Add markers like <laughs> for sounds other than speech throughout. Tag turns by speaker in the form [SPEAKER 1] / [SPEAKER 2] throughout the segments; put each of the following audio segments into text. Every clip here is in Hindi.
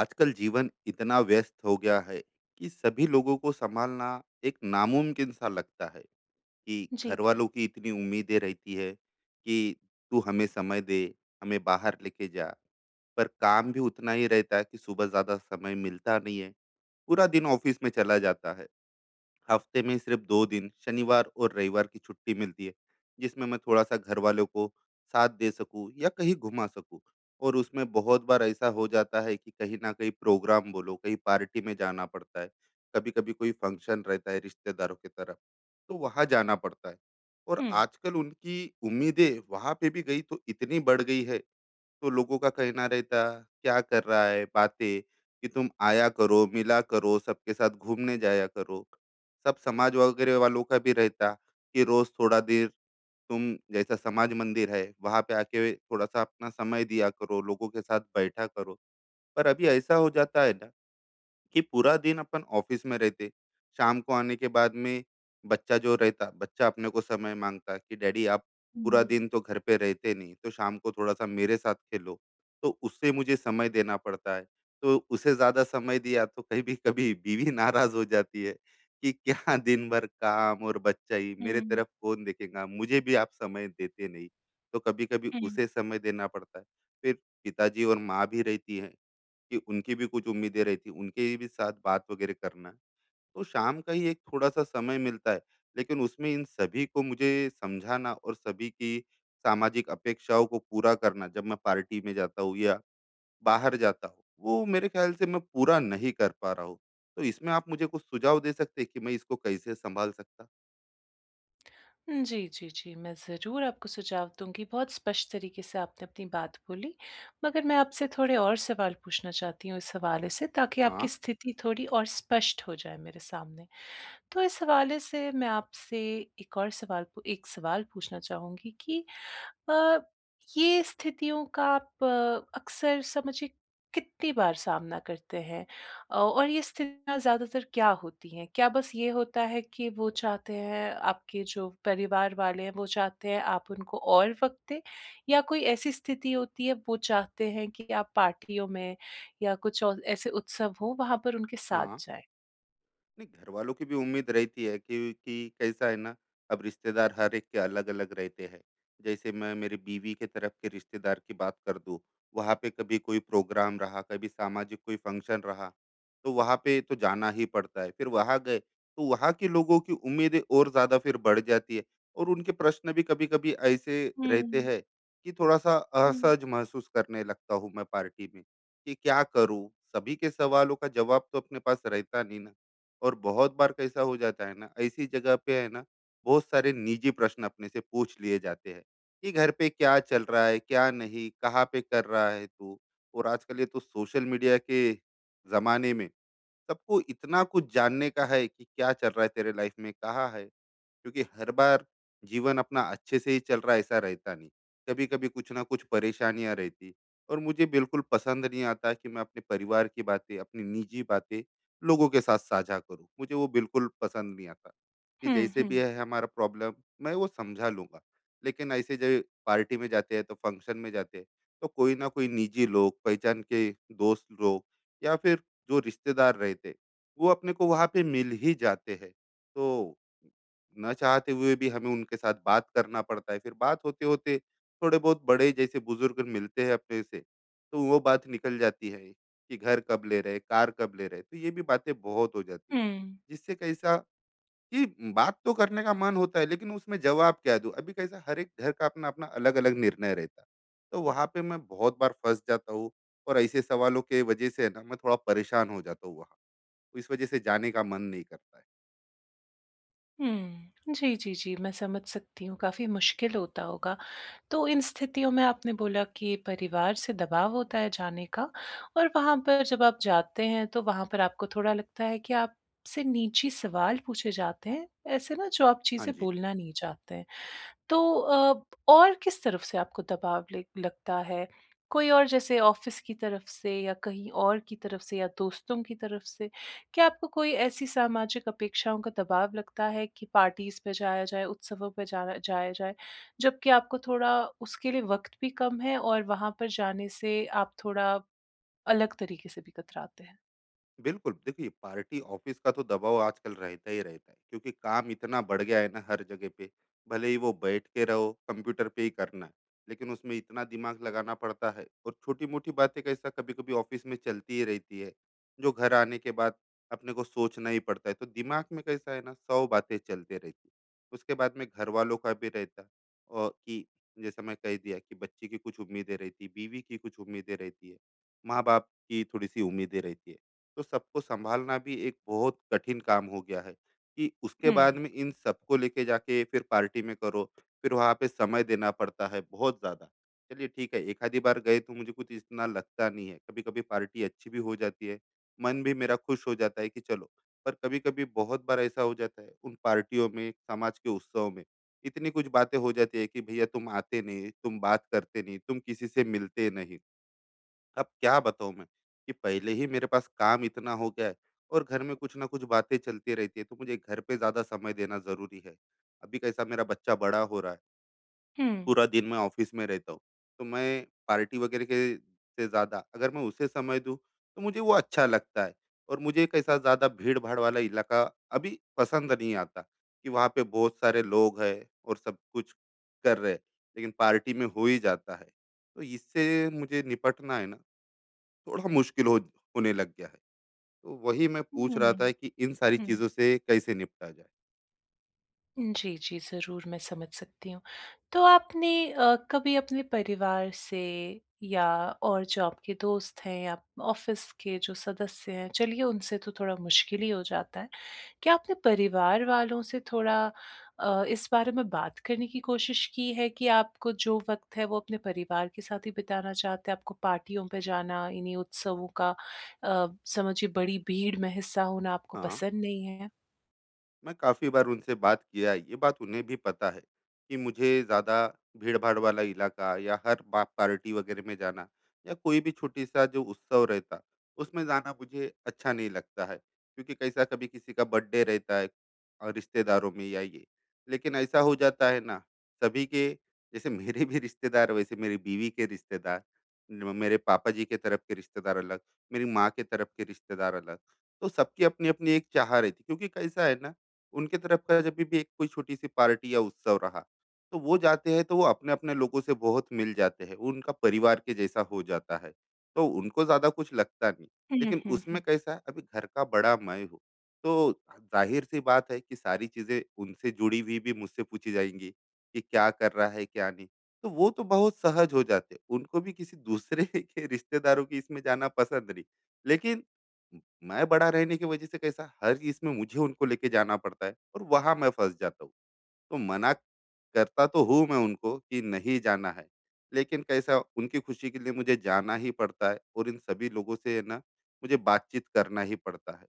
[SPEAKER 1] आजकल जीवन इतना व्यस्त हो गया है कि सभी लोगों को संभालना एक नामुमकिन सा लगता है। कि
[SPEAKER 2] जी,
[SPEAKER 1] घर
[SPEAKER 2] जी।
[SPEAKER 1] वालों की इतनी उम्मीदें रहती है कि तू हमें समय दे, हमें बाहर लेके जा। पर काम भी उतना ही रहता है कि सुबह ज़्यादा समय मिलता नहीं है, पूरा दिन ऑफिस में चला जाता है। हफ्ते में सिर्फ 2 दिन शनिवार और रविवार की छुट्टी मिलती है, जिसमें मैं थोड़ा-सा घर वालों को साथ दे सकूँ या कहीं घुमा सकूँ। और उसमें बहुत बार ऐसा हो जाता है कि कहीं न कहीं प्रोग्राम बोलो, कहीं पार्टी में जाना पड़ता है, कभी-कभी कोई फ़ंक्शन रहता है रिश्तेदारों की तरफ, तो वहाँ जाना पड़ता है। और
[SPEAKER 2] हुँ।
[SPEAKER 1] आजकल उनकी उम्मीदें वहाँ पे भी गई तो इतनी बढ़ गई है, तो लोगों का कहना रहता, क्या कर रहा है बातें, कि तुम आया करो, मिला करो, सबके साथ घूमने जाया करो। सब समाज वगैरह वालों का भी रहता कि रोज थोड़ा देर तुम जैसा समाज मंदिर है वहां पे आके थोड़ा सा अपना समय दिया करो, लोगों के साथ बैठा करो। पर अभी ऐसा हो जाता है ना कि पूरा दिन अपन ऑफिस में रहते, शाम को आने के बाद में बच्चा जो रहता, बच्चा अपने को समय माँगता कि डैडी आप पूरा
[SPEAKER 2] हुँ।
[SPEAKER 1] दिन तो घर पे रहते नहीं, तो शाम को थोड़ा-सा मेरे साथ खेलो, तो उससे मुझे समय देना पड़ता है। तो उसे ज़्यादा समय दिया तो कभी-कभी बीवी नाराज़ हो जाती है कि क्या दिन भर काम और बच्चा ही, मेरे
[SPEAKER 2] हुँ,
[SPEAKER 1] तरफ कौन देखेगा, मुझे भी आप समय देते नहीं। तो कभी-कभी
[SPEAKER 2] हुँ।
[SPEAKER 1] उसे समय देना पड़ता है। फिर पिताजी और माँ भी रहती हैं, कि उनकी भी कुछ उम्मीदें रहती, उनके भी साथ बात वगैरह करना। तो शाम का ही एक थोड़ा-सा समय मिलता है, लेकिन उसमें इन सभी को मुझे समझाना और सभी की सामाजिक अपेक्षाओं को पूरा करना, जब मैं पार्टी में जाता हूँ या बाहर जाता हूँ, वो मेरे ख़्याल से मैं पूरा नहीं कर पा रहा हूँ। तो इसमें आप मुझे कुछ सुझाव दे सकते हैं कि मैं इसको कैसे सँभाल सकता?
[SPEAKER 2] जी, जी, जी, मैं ज़रूर आपको सुझाव दूँगी। बहुत स्पष्ट तरीके से आपने अपनी बात बोली, मगर मैं आपसे थोड़े और सवाल पूछना चाहती हूँ इस हवाले से, ताकि आपकी
[SPEAKER 1] हाँ,
[SPEAKER 2] स्थिति थोड़ी और स्पष्ट हो जाए मेरे सामने। तो इस हवाले से मैं आपसे एक सवाल पूछना चाहूँगी कि अ, ये स्थितियों का आप अक्सर समझिए कितनी बार सामना करते हैं? और ये स्थितियाँ ज़्यादातर क्या होती हैं? क्या बस ये होता है कि वो चाहते हैं आपके जो परिवार वाले हैं, वो चाहते हैं आप उनको और वक़्त दें? या कोई ऐसी स्थिति होती है, वो चाहते हैं कि आप पार्टियों में या कुछ और ऐसे उत्सव हो, वहाँ पर उनके साथ
[SPEAKER 1] हाँ।
[SPEAKER 2] जाएँ?
[SPEAKER 1] नहीं, घर वालों की भी उम्मीद रहती है कि कि कैसा है ना, अब रिश्तेदार हर एक के अलग अलग रहते हैं। जैसे मैं मेरी बीवी के तरफ के रिश्तेदार की बात कर दूँ, वहाँ पे कभी कोई प्रोग्राम रहा, कभी सामाजिक कोई फंक्शन रहा, तो वहाँ पे तो जाना ही पड़ता है। फिर वहाँ गए तो वहाँ के लोगों की उम्मीदें और ज़्यादा फिर बढ़ जाती है, और उनके प्रश्न भी कभी कभी ऐसे रहते
[SPEAKER 2] हुँ,
[SPEAKER 1] हैं कि थोड़ा सा
[SPEAKER 2] हुँ।
[SPEAKER 1] असहज महसूस करने लगता हूँ मैं पार्टी में। कि क्या करूँ, सभी के सवालों का जवाब तो अपने पास रहता नहीं ना। और बहुत बार कैसा हो जाता है ना, ऐसी जगह पे है ना, बहुत सारे निजी प्रश्न अपने से पूछ लिए जाते हैं कि घर पे क्या चल रहा है, क्या नहीं, कहाँ पे कर रहा है तू। और आजकल ये तो सोशल मीडिया के जमाने में सबको इतना कुछ जानने का है कि क्या चल रहा है तेरे लाइफ में, कहाँ है, क्योंकि हर बार जीवन अपना अच्छे से ही चल रहा है ऐसा रहता नहीं, कभी कभी कुछ ना कुछ परेशानियां रहती। और मुझे बिल्कुल पसंद नहीं आता कि मैं अपने परिवार की बातें, अपनी निजी बातें लोगों के साथ साझा करूं, मुझे वो बिल्कुल पसंद नहीं आता। कि
[SPEAKER 2] हुँ,
[SPEAKER 1] जैसे
[SPEAKER 2] हुँ,
[SPEAKER 1] भी है हमारा प्रॉब्लम, मैं वो समझा लूंगा। लेकिन ऐसे जब पार्टी में जाते हैं, तो फंक्शन में जाते हैं, तो कोई ना कोई निजी लोग पहचान के, दोस्त लोग या फिर जो रिश्तेदार रहते, वो अपने को वहाँ पे मिल ही जाते हैं। तो ना चाहते हुए भी हमें उनके साथ बात करना पड़ता है, फिर बात होते होते थोड़े बहुत बड़े जैसे बुजुर्ग मिलते हैं अपने से, तो वो बात निकल जाती है कि घर कब ले रहे, कार कब ले रहे, तो ये भी बातें बहुत हो जाती है।
[SPEAKER 2] हुँ।
[SPEAKER 1] जिससे कैसा कि बात तो करने का मन होता है लेकिन उसमें जवाब क्या दूं, अभी कैसा हर एक घर का अपना अपना अलग अलग निर्णय रहता है, तो वहां पे मैं बहुत बार फंस जाता हूँ। और ऐसे सवालों के वजह से ना मैं थोड़ा परेशान हो जाता हूँ वहाँ, इस वजह से जाने का मन नहीं करता है।
[SPEAKER 2] हुँ। जी, जी, जी, मैं समझ सकती हूँ, काफ़ी मुश्किल होता होगा। तो इन स्थितियों में आपने बोला कि परिवार से दबाव होता है जाने का, और वहाँ पर जब आप जाते हैं, तो वहाँ पर आपको थोड़ा लगता है कि आपसे निजी सवाल पूछे जाते हैं, ऐसे ना, जो आप
[SPEAKER 1] हाँ
[SPEAKER 2] चीज़ें
[SPEAKER 1] जी।
[SPEAKER 2] बोलना नहीं चाहते हैं। तो और किस तरफ से आपको दबाव ले लगता है? कोई और, जैसे ऑफ़िस की तरफ से, या कहीं और की तरफ से, या दोस्तों की तरफ से? क्या आपको कोई ऐसी सामाजिक अपेक्षाओं का दबाव लगता है कि पार्टीज़ पे जाया जाए, उत्सवों पे जाना जाया जाए, जबकि आपको थोड़ा उसके लिए वक़्त भी कम है, और वहाँ पर जाने से आप थोड़ा अलग तरीके से भी कतराते हैं?
[SPEAKER 1] बिल्कुल, देखिए पार्टी ऑफिस का तो दबाव आजकल रहता ही रहता है क्योंकि काम इतना बढ़ गया है ना हर जगह पे, भले ही वो बैठ के रहो कंप्यूटर पे ही करना है, लेकिन उसमें इतना दिमाग लगाना पड़ता है, और छोटी-मोटी बातें कैसा कभी-कभी ऑफिस में चलती ही रहती है, जो घर आने के बाद अपने को सोचना ही पड़ता है, तो दिमाग में कैसा है ना 100 बातें चलते रहती है। उसके बाद में घर वालों का भी रहता, और कि जैसा मैं कह दिया कि बच्चे की कुछ उम्मीदें रहती, बीवी की कुछ उम्मीदें रहती है, माँ-बाप की थोड़ी-सी उम्मीदें रहती है। तो सबको संभालना भी एक बहुत कठिन काम हो गया है, कि उसके
[SPEAKER 2] हुँ,
[SPEAKER 1] बाद में इन सबको लेके जाके फिर पार्टी में करो, फिर वहाँ पे समय देना पड़ता है बहुत ज़्यादा। चलिए ठीक है, एक आधी बार गए तो मुझे कुछ इतना लगता नहीं है, कभी कभी पार्टी अच्छी भी हो जाती है, मन भी मेरा खुश हो जाता है कि चलो। पर कभी कभी बहुत बार ऐसा हो जाता है उन पार्टियों में, समाज के उत्सव में इतनी कुछ बातें हो जाती है कि भैया तुम आते नहीं, तुम बात करते नहीं, तुम किसी से मिलते नहीं। अब क्या बताऊँ मैं, कि पहले ही मेरे पास काम इतना हो गया है, और घर में कुछ ना कुछ बातें चलती रहती है, तो मुझे घर पे ज़्यादा समय देना ज़रूरी है। अभी कैसा मेरा बच्चा बड़ा हो रहा है,
[SPEAKER 2] हुँ,
[SPEAKER 1] पूरा दिन मैं ऑफ़िस में रहता हूँ, तो मैं पार्टी वगैरह के से ज़्यादा अगर मैं उसे समय दूँ, तो मुझे वो अच्छा लगता है। और मुझे कैसा ज़्यादा भीड़-भाड़ वाला इलाका अभी पसंद नहीं आता, कि वहाँ पे बहुत सारे लोग हैं और सब कुछ कर रहे हैं, लेकिन पार्टी में हो ही जाता है। तो इससे मुझे निपटना है ना, थोड़ा मुश्किल हो होने लग गया है। तो वही मैं
[SPEAKER 2] हुँ,
[SPEAKER 1] पूछ रहा था कि इन सारी
[SPEAKER 2] हुँ।
[SPEAKER 1] चीज़ों से कैसे निपटा जाए?
[SPEAKER 2] जी, जी, ज़रूर मैं समझ सकती हूँ। तो आपने कभी अपने परिवार से, या और जो आपके दोस्त हैं, या ऑफ़िस के जो सदस्य हैं, चलिए उनसे तो थोड़ा मुश्किल ही हो जाता है। क्या आपने परिवार वालों से थोड़ा इस बारे में बात करने की कोशिश की है कि आपको जो वक़्त है वो अपने परिवार के साथ ही बिताना चाहते हैं? आपको पार्टियों पे जाना, इन्हीं उत्सवों का, अ, समझिए, बड़ी भीड़ में हिस्सा होना आपको
[SPEAKER 1] हाँ।
[SPEAKER 2] पसंद नहीं है?
[SPEAKER 1] मैं काफ़ी बार उनसे बात किया है, ये बात उन्हें भी पता है कि मुझे ज़्यादा भीड़-भाड़ वाला इलाका या हर बा पार्टी वगैरह में जाना या कोई भी छोटी-सा जो उत्सव रहता, उसमें जाना मुझे अच्छा नहीं लगता है। क्योंकि कैसा कभी किसी का बर्थडे रहता है रिश्तेदारों में या ये। लेकिन ऐसा हो जाता है ना, सभी के जैसे मेरे भी रिश्तेदार, वैसे मेरी बीवी के रिश्तेदार, म मेरे पापा जी के तरफ के रिश्तेदार अलग, मेरी माँ के तरफ के रिश्तेदार अलग। तो सबकी अपनी-अपनी एक चाह रहती, क्योंकि कैसा है ना उनके तरफ का जभी भी एक कोई छोटी-सी पार्टी या उत्सव रहा, तो वो जाते हैं तो वो अपने-अपने लोगों से बहुत मिल जाते हैं, उनका परिवार के जैसा हो जाता है, तो उनको ज़्यादा कुछ लगता नहीं।
[SPEAKER 2] हुँ,
[SPEAKER 1] लेकिन
[SPEAKER 2] हुँ, हुँ।
[SPEAKER 1] उसमें कैसा है अभी घर का बड़ा मैं हूँ, तो ज़ाहिर-सी बात है कि सारी चीज़ें उनसे जुड़ी हुई भी मुझसे पूछी जाएँगी कि क्या कर रहा है, क्या नहीं? तो वो तो बहुत सहज हो जाते हैं, उनको भी किसी दूसरे <laughs> के रिश्तेदारों के इसमें जाना पसंद नहीं। लेकिन म- मैं बड़ा रहने की वजह से कैसा हर इसमें मुझे उनको लेके जाना पड़ता है और वहां मैं फंस जाता हूँ। तो मना करता तो हूँ मैं उनको कि नहीं जाना है, लेकिन कैसा उनकी खुशी के लिए मुझे जाना ही पड़ता है और इन सभी लोगों से है ना मुझे बातचीत करना ही पड़ता है।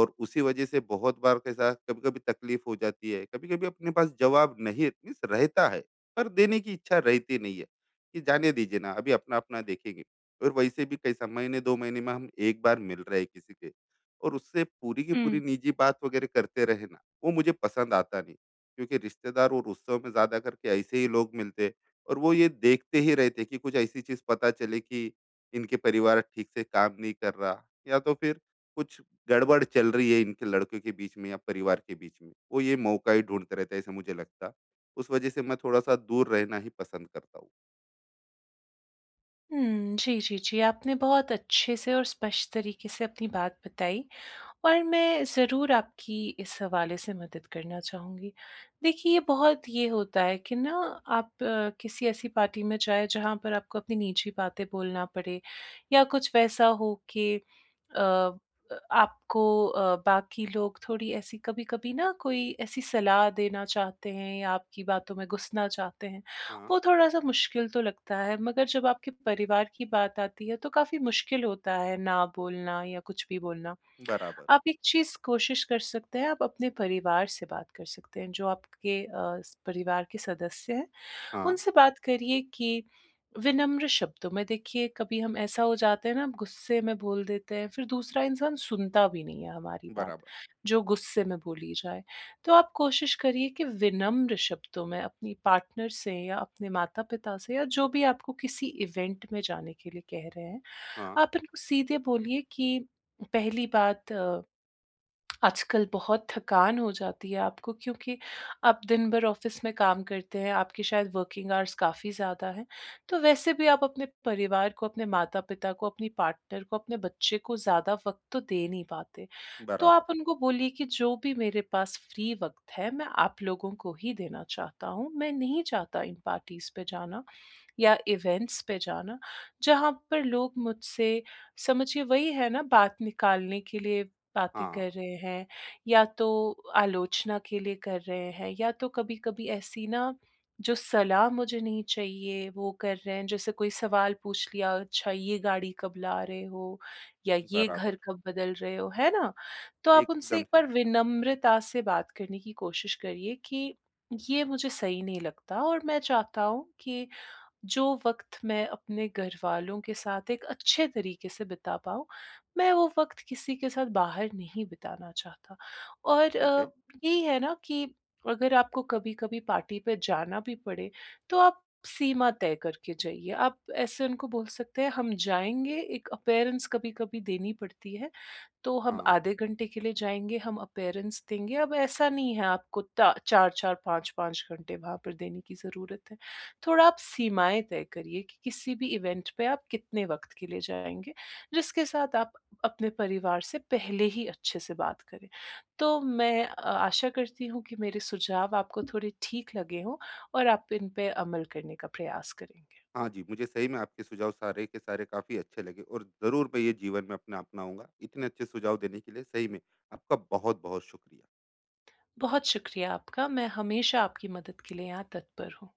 [SPEAKER 1] और उसी वजह से बहुत बार कैसा कभी-कभी तकलीफ हो जाती है, कभी-कभी अपने पास जवाब नहीं मीन्स रहता है, पर देने की इच्छा रहती नहीं है, कि जाने दीजिए ना, अभी अपना-अपना देखेंगे। और वैसे भी कैसा महीने 2 महीने में हम एक बार मिल रहे हैं किसी के, और उससे पूरी की पूरी निजी बात वगैरह करते रहे ना, वो मुझे पसंद आता नहीं। क्योंकि रिश्तेदार और उत्सव में ज़्यादा करके ऐसे ही लोग मिलते, और वो ये देखते ही रहते कि कुछ ऐसी चीज़ पता चले कि इनके परिवार ठीक से काम नहीं कर रहा, या तो फिर कुछ गड़बड़ चल रही है इनके लड़कों के बीच में या परिवार के बीच में, वो ये मौका ही ढूंढते रहता है, ऐसे मुझे लगता। उस वजह से मैं थोड़ा सा दूर रहना ही पसंद करता हूँ।
[SPEAKER 2] हुँ, जी, जी, जी। आपने बहुत अच्छे से और स्पष्ट तरीके से अपनी बात बताई। और मैं ज़रूर आपकी इस हवाले से मदद करना चाहूँगी। देखिए, ये बहुत ये होता है कि ना, आप किसी ऐसी पार्टी में जाएँ जहाँ पर आपको अपनी निजी बातें बोलना पड़े, या कुछ वैसा हो कि, अ, अ, आपको, बाकी लोग थोड़ी ऐसी कभी-कभी ना कोई ऐसी सलाह देना चाहते हैं, या आपकी बातों में घुसना चाहते हैं।
[SPEAKER 1] हाँ,
[SPEAKER 2] वो थोड़ा-सा मुश्किल तो लगता है, मगर जब आपके परिवार की बात आती है, तो काफ़ी मुश्किल होता है ना, बोलना या कुछ भी बोलना।
[SPEAKER 1] बराबर।
[SPEAKER 2] आप एक चीज़ कोशिश कर सकते हैं, आप अपने परिवार से बात कर सकते हैं, जो आपके अ, स परिवार के सदस्य हैं,
[SPEAKER 1] हाँ,
[SPEAKER 2] उनसे बात करिए कि, विनम्र शब्दों में, देखिए कभी हम ऐसा हो जाते हैं ना, हम गुस्से में बोल देते हैं, फिर दूसरा इंसान सुनता भी नहीं है हमारी बात,
[SPEAKER 1] बराबर।
[SPEAKER 2] जो गुस्से में बोली जाए। तो आप कोशिश करिए कि विनम्र शब्दों में अपनी पार्टनर से, या अपने माता-पिता से, या जो भी आपको किसी इवेंट में जाने के लिए कह रहे हैं,
[SPEAKER 1] हाँ,
[SPEAKER 2] आप उनको सीधे बोलिए कि, पहली बात, आजकल बहुत थकान हो जाती है आपको, क्योंकि आप दिन भर ऑफिस में काम करते हैं, आपकी शायद वर्किंग आवर्स काफ़ी ज़्यादा हैं। तो वैसे भी आप अपने परिवार को, अपने माता-पिता को, अपनी पार्टनर को, अपने बच्चे को ज़्यादा वक़्त तो दे नहीं पाते। तो
[SPEAKER 1] बराबर।
[SPEAKER 2] आप उनको बोलिए कि, जो भी मेरे पास फ्री वक़्त है, मैं आप लोगों को ही देना चाहता हूँ। मैं नहीं चाहता इन पार्टीज़ पे जाना, या इवेंट्स पे जाना, जहाँ पर लोग मुझसे, समझिए, वही है ना, बात निकालने के लिए बातें
[SPEAKER 1] हाँ,
[SPEAKER 2] कर रहे हैं, या तो आलोचना के लिए कर रहे हैं, या तो कभी-कभी ऐसी ना, जो सलाह मुझे नहीं चाहिए वो कर रहे हैं। जैसे कोई सवाल पूछ लिया, "अच्छा, ये गाड़ी कब ला रहे हो?" या "ये घर
[SPEAKER 1] बराबर।
[SPEAKER 2] कब बदल रहे हो?" है ना? तो आप उनसे
[SPEAKER 1] एकदम
[SPEAKER 2] एक बार
[SPEAKER 1] सही।
[SPEAKER 2] विनम्रता से बात करने की कोशिश करिए कि, ये मुझे सही नहीं लगता, और मैं चाहता हूँ कि, जो वक़्त मैं अपने घरवालों के साथ एक अच्छे तरीके से बिता पाऊँ, मैं वो वक़्त किसी के साथ बाहर नहीं बिताना चाहता। और
[SPEAKER 1] ठीक है।
[SPEAKER 2] यही है ना, कि अगर आपको कभी-कभी पार्टी पे जाना भी पड़े, तो आप सीमा तय करके जाइए। आप ऐसे उनको बोल सकते हैं, हम जाएँगे, एक अपीयरेंस कभी-कभी देनी पड़ती है, तो हम
[SPEAKER 1] हाँ।
[SPEAKER 2] आधे घंटे के लिए जाएँगे, हम अपीयरेंस देंगे। अब ऐसा नहीं है आपको ता 4-4 5-5 घंटे वहाँ पर देने की ज़रूरत है। थोड़ा आप सीमाएँ तय करिए कि किसी भी इवेंट पे आप कितने वक़्त के लिए जाएँगे, जिसके साथ आप अपने परिवार से पहले ही अच्छे से बात करें। तो मैं आशा करती हूँ कि मेरे सुझाव आपको थोड़े ठीक लगे हों, और आप इन पे अमल करने का प्रयास करेंगे।
[SPEAKER 1] हाँ जी, मुझे सही में आपके सुझाव सारे के सारे काफ़ी अच्छे लगे और ज़रूर मैं ये जीवन में अपने अपनाऊँगा। इतने अच्छे सुझाव देने के लिए सही में आपका बहुत-बहुत शुक्रिया।
[SPEAKER 2] बहुत शुक्रिया आपका, मैं हमेशा आपकी मदद के लिए यहाँ तत्पर हूँ।